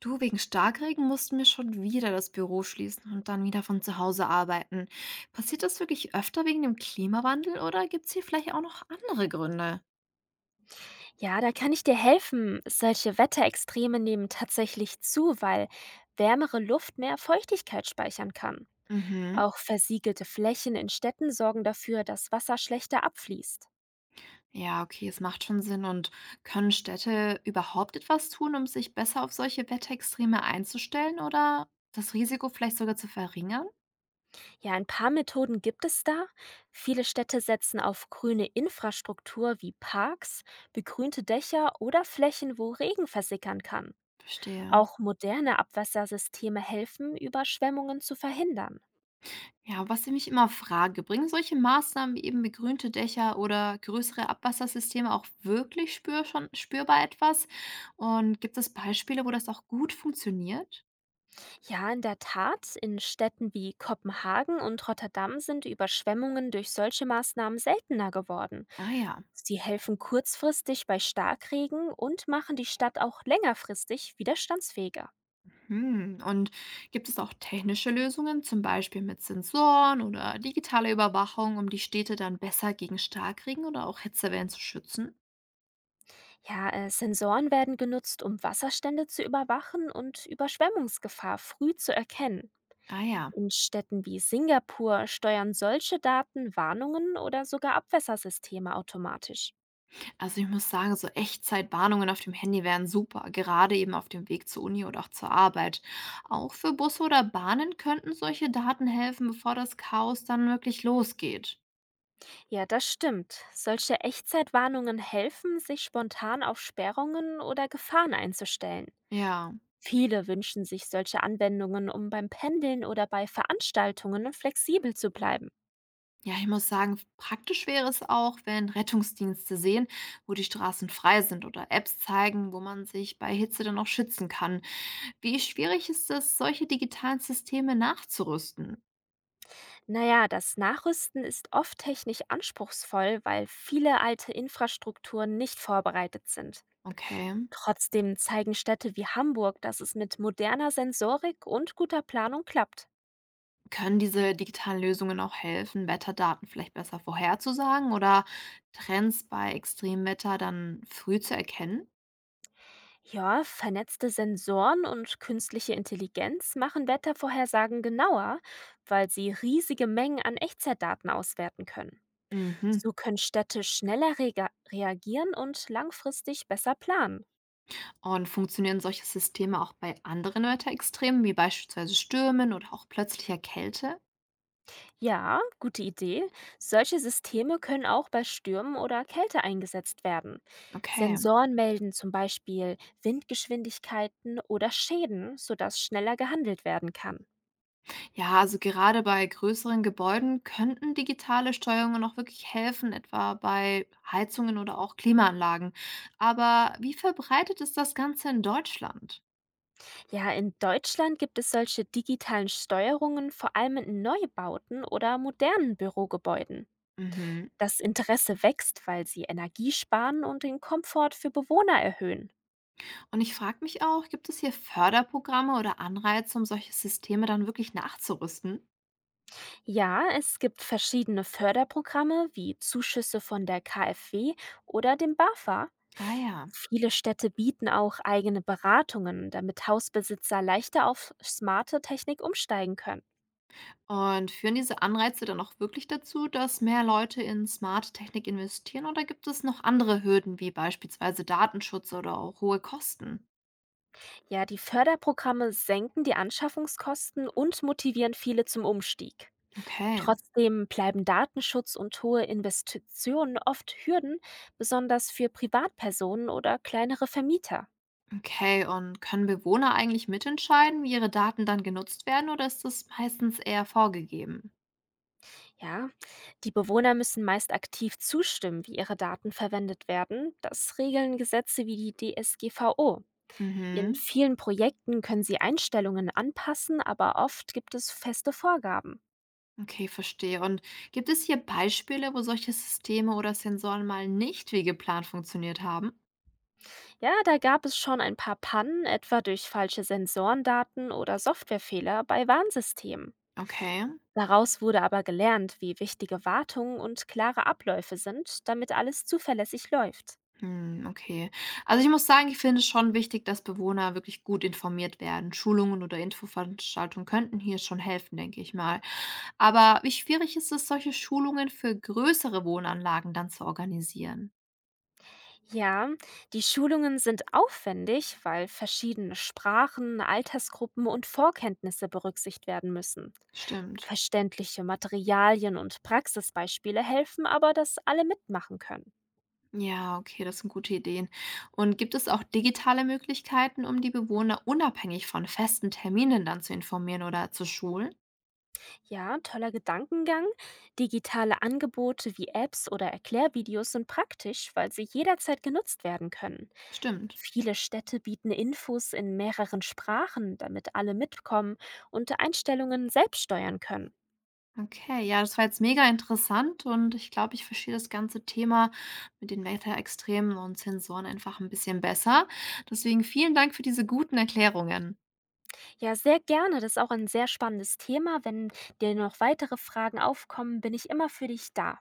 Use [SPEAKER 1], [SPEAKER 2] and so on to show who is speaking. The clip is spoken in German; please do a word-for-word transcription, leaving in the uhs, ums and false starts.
[SPEAKER 1] Du, wegen Starkregen mussten wir schon wieder das Büro schließen und dann wieder von zu Hause arbeiten. Passiert das wirklich öfter wegen dem Klimawandel oder gibt es hier vielleicht auch noch andere Gründe?
[SPEAKER 2] Ja, da kann ich dir helfen. Solche Wetterextreme nehmen tatsächlich zu, weil wärmere Luft mehr Feuchtigkeit speichern kann.
[SPEAKER 1] Mhm.
[SPEAKER 2] Auch versiegelte Flächen in Städten sorgen dafür, dass Wasser schlechter abfließt.
[SPEAKER 1] Ja, okay, es macht schon Sinn. Und können Städte überhaupt etwas tun, um sich besser auf solche Wetterextreme einzustellen oder das Risiko vielleicht sogar zu verringern?
[SPEAKER 2] Ja, ein paar Methoden gibt es da. Viele Städte setzen auf grüne Infrastruktur wie Parks, begrünte Dächer oder Flächen, wo Regen versickern kann.
[SPEAKER 1] Verstehe.
[SPEAKER 2] Auch moderne Abwassersysteme helfen, Überschwemmungen zu verhindern.
[SPEAKER 1] Ja, was ich mich immer frage, bringen solche Maßnahmen wie eben begrünte Dächer oder größere Abwassersysteme auch wirklich spür schon, spürbar etwas? Und gibt es Beispiele, wo das auch gut funktioniert?
[SPEAKER 2] Ja, in der Tat, in Städten wie Kopenhagen und Rotterdam sind Überschwemmungen durch solche Maßnahmen seltener geworden.
[SPEAKER 1] Ah ja.
[SPEAKER 2] Sie helfen kurzfristig bei Starkregen und machen die Stadt auch längerfristig widerstandsfähiger.
[SPEAKER 1] Hm. Und gibt es auch technische Lösungen, zum Beispiel mit Sensoren oder digitaler Überwachung, um die Städte dann besser gegen Starkregen oder auch Hitzewellen zu schützen?
[SPEAKER 2] Ja, äh, Sensoren werden genutzt, um Wasserstände zu überwachen und Überschwemmungsgefahr früh zu erkennen.
[SPEAKER 1] Ah ja.
[SPEAKER 2] In Städten wie Singapur steuern solche Daten Warnungen oder sogar Abwässersysteme automatisch.
[SPEAKER 1] Also ich muss sagen, so Echtzeitwarnungen auf dem Handy wären super, gerade eben auf dem Weg zur Uni oder auch zur Arbeit. Auch für Busse oder Bahnen könnten solche Daten helfen, bevor das Chaos dann wirklich losgeht.
[SPEAKER 2] Ja, das stimmt. Solche Echtzeitwarnungen helfen, sich spontan auf Sperrungen oder Gefahren einzustellen.
[SPEAKER 1] Ja.
[SPEAKER 2] Viele wünschen sich solche Anwendungen, um beim Pendeln oder bei Veranstaltungen flexibel zu bleiben.
[SPEAKER 1] Ja, ich muss sagen, praktisch wäre es auch, wenn Rettungsdienste sehen, wo die Straßen frei sind oder Apps zeigen, wo man sich bei Hitze dann auch schützen kann. Wie schwierig ist es, solche digitalen Systeme nachzurüsten?
[SPEAKER 2] Naja, das Nachrüsten ist oft technisch anspruchsvoll, weil viele alte Infrastrukturen nicht vorbereitet sind.
[SPEAKER 1] Okay.
[SPEAKER 2] Trotzdem zeigen Städte wie Hamburg, dass es mit moderner Sensorik und guter Planung klappt.
[SPEAKER 1] Können diese digitalen Lösungen auch helfen, Wetterdaten vielleicht besser vorherzusagen oder Trends bei Extremwetter dann früh zu erkennen?
[SPEAKER 2] Ja, vernetzte Sensoren und künstliche Intelligenz machen Wettervorhersagen genauer, weil sie riesige Mengen an Echtzeitdaten auswerten können.
[SPEAKER 1] Mhm.
[SPEAKER 2] So können Städte schneller rega- reagieren und langfristig besser planen.
[SPEAKER 1] Und funktionieren solche Systeme auch bei anderen Wetterextremen, wie beispielsweise Stürmen oder auch plötzlicher Kälte?
[SPEAKER 2] Ja, gute Idee. Solche Systeme können auch bei Stürmen oder Kälte eingesetzt werden.
[SPEAKER 1] Okay.
[SPEAKER 2] Sensoren melden zum Beispiel Windgeschwindigkeiten oder Schäden, sodass schneller gehandelt werden kann.
[SPEAKER 1] Ja, also gerade bei größeren Gebäuden könnten digitale Steuerungen auch wirklich helfen, etwa bei Heizungen oder auch Klimaanlagen. Aber wie verbreitet ist das Ganze in Deutschland?
[SPEAKER 2] Ja, in Deutschland gibt es solche digitalen Steuerungen vor allem in Neubauten oder modernen Bürogebäuden.
[SPEAKER 1] Mhm.
[SPEAKER 2] Das Interesse wächst, weil sie Energie sparen und den Komfort für Bewohner erhöhen.
[SPEAKER 1] Und ich frage mich auch, gibt es hier Förderprogramme oder Anreize, um solche Systeme dann wirklich nachzurüsten?
[SPEAKER 2] Ja, es gibt verschiedene Förderprogramme wie Zuschüsse von der KfW oder dem B A F A.
[SPEAKER 1] Ah ja.
[SPEAKER 2] Viele Städte bieten auch eigene Beratungen, damit Hausbesitzer leichter auf smarte Technik umsteigen können.
[SPEAKER 1] Und führen diese Anreize dann auch wirklich dazu, dass mehr Leute in smarte Technik investieren oder gibt es noch andere Hürden wie beispielsweise Datenschutz oder auch hohe Kosten?
[SPEAKER 2] Ja, die Förderprogramme senken die Anschaffungskosten und motivieren viele zum Umstieg.
[SPEAKER 1] Okay,
[SPEAKER 2] Trotzdem bleiben Datenschutz und hohe Investitionen oft Hürden, besonders für Privatpersonen oder kleinere Vermieter.
[SPEAKER 1] okay. Und können Bewohner eigentlich mitentscheiden, wie ihre Daten dann genutzt werden oder ist das meistens eher vorgegeben?
[SPEAKER 2] Ja, die Bewohner müssen meist aktiv zustimmen, wie ihre Daten verwendet werden. Das regeln Gesetze wie die D S G V O. In
[SPEAKER 1] Mhm.
[SPEAKER 2] vielen Projekten können sie Einstellungen anpassen, aber oft gibt es feste Vorgaben.
[SPEAKER 1] Okay, verstehe. Und gibt es hier Beispiele, wo solche Systeme oder Sensoren mal nicht wie geplant funktioniert haben?
[SPEAKER 2] Ja, da gab es schon ein paar Pannen, etwa durch falsche Sensorendaten oder Softwarefehler bei Warnsystemen.
[SPEAKER 1] Okay.
[SPEAKER 2] Daraus wurde aber gelernt, wie wichtige Wartungen und klare Abläufe sind, damit alles zuverlässig läuft.
[SPEAKER 1] Hm, okay. Also ich muss sagen, ich finde es schon wichtig, dass Bewohner wirklich gut informiert werden. Schulungen oder Infoveranstaltungen könnten hier schon helfen, denke ich mal. Aber wie schwierig ist es, solche Schulungen für größere Wohnanlagen dann zu organisieren?
[SPEAKER 2] Ja, die Schulungen sind aufwendig, weil verschiedene Sprachen, Altersgruppen und Vorkenntnisse berücksichtigt werden müssen.
[SPEAKER 1] Stimmt.
[SPEAKER 2] Verständliche Materialien und Praxisbeispiele helfen aber, dass alle mitmachen können.
[SPEAKER 1] Ja, okay, das sind gute Ideen. Und gibt es auch digitale Möglichkeiten, um die Bewohner unabhängig von festen Terminen dann zu informieren oder zu schulen?
[SPEAKER 2] Ja, toller Gedankengang. Digitale Angebote wie Apps oder Erklärvideos sind praktisch, weil sie jederzeit genutzt werden können.
[SPEAKER 1] Stimmt.
[SPEAKER 2] Viele Städte bieten Infos in mehreren Sprachen, damit alle mitkommen und Einstellungen selbst steuern können.
[SPEAKER 1] Okay, ja, das war jetzt mega interessant und ich glaube, ich verstehe das ganze Thema mit den Wetterextremen und Sensoren einfach ein bisschen besser. Deswegen vielen Dank für diese guten Erklärungen.
[SPEAKER 2] Ja, sehr gerne. Das ist auch ein sehr spannendes Thema. Wenn dir noch weitere Fragen aufkommen, bin ich immer für dich da.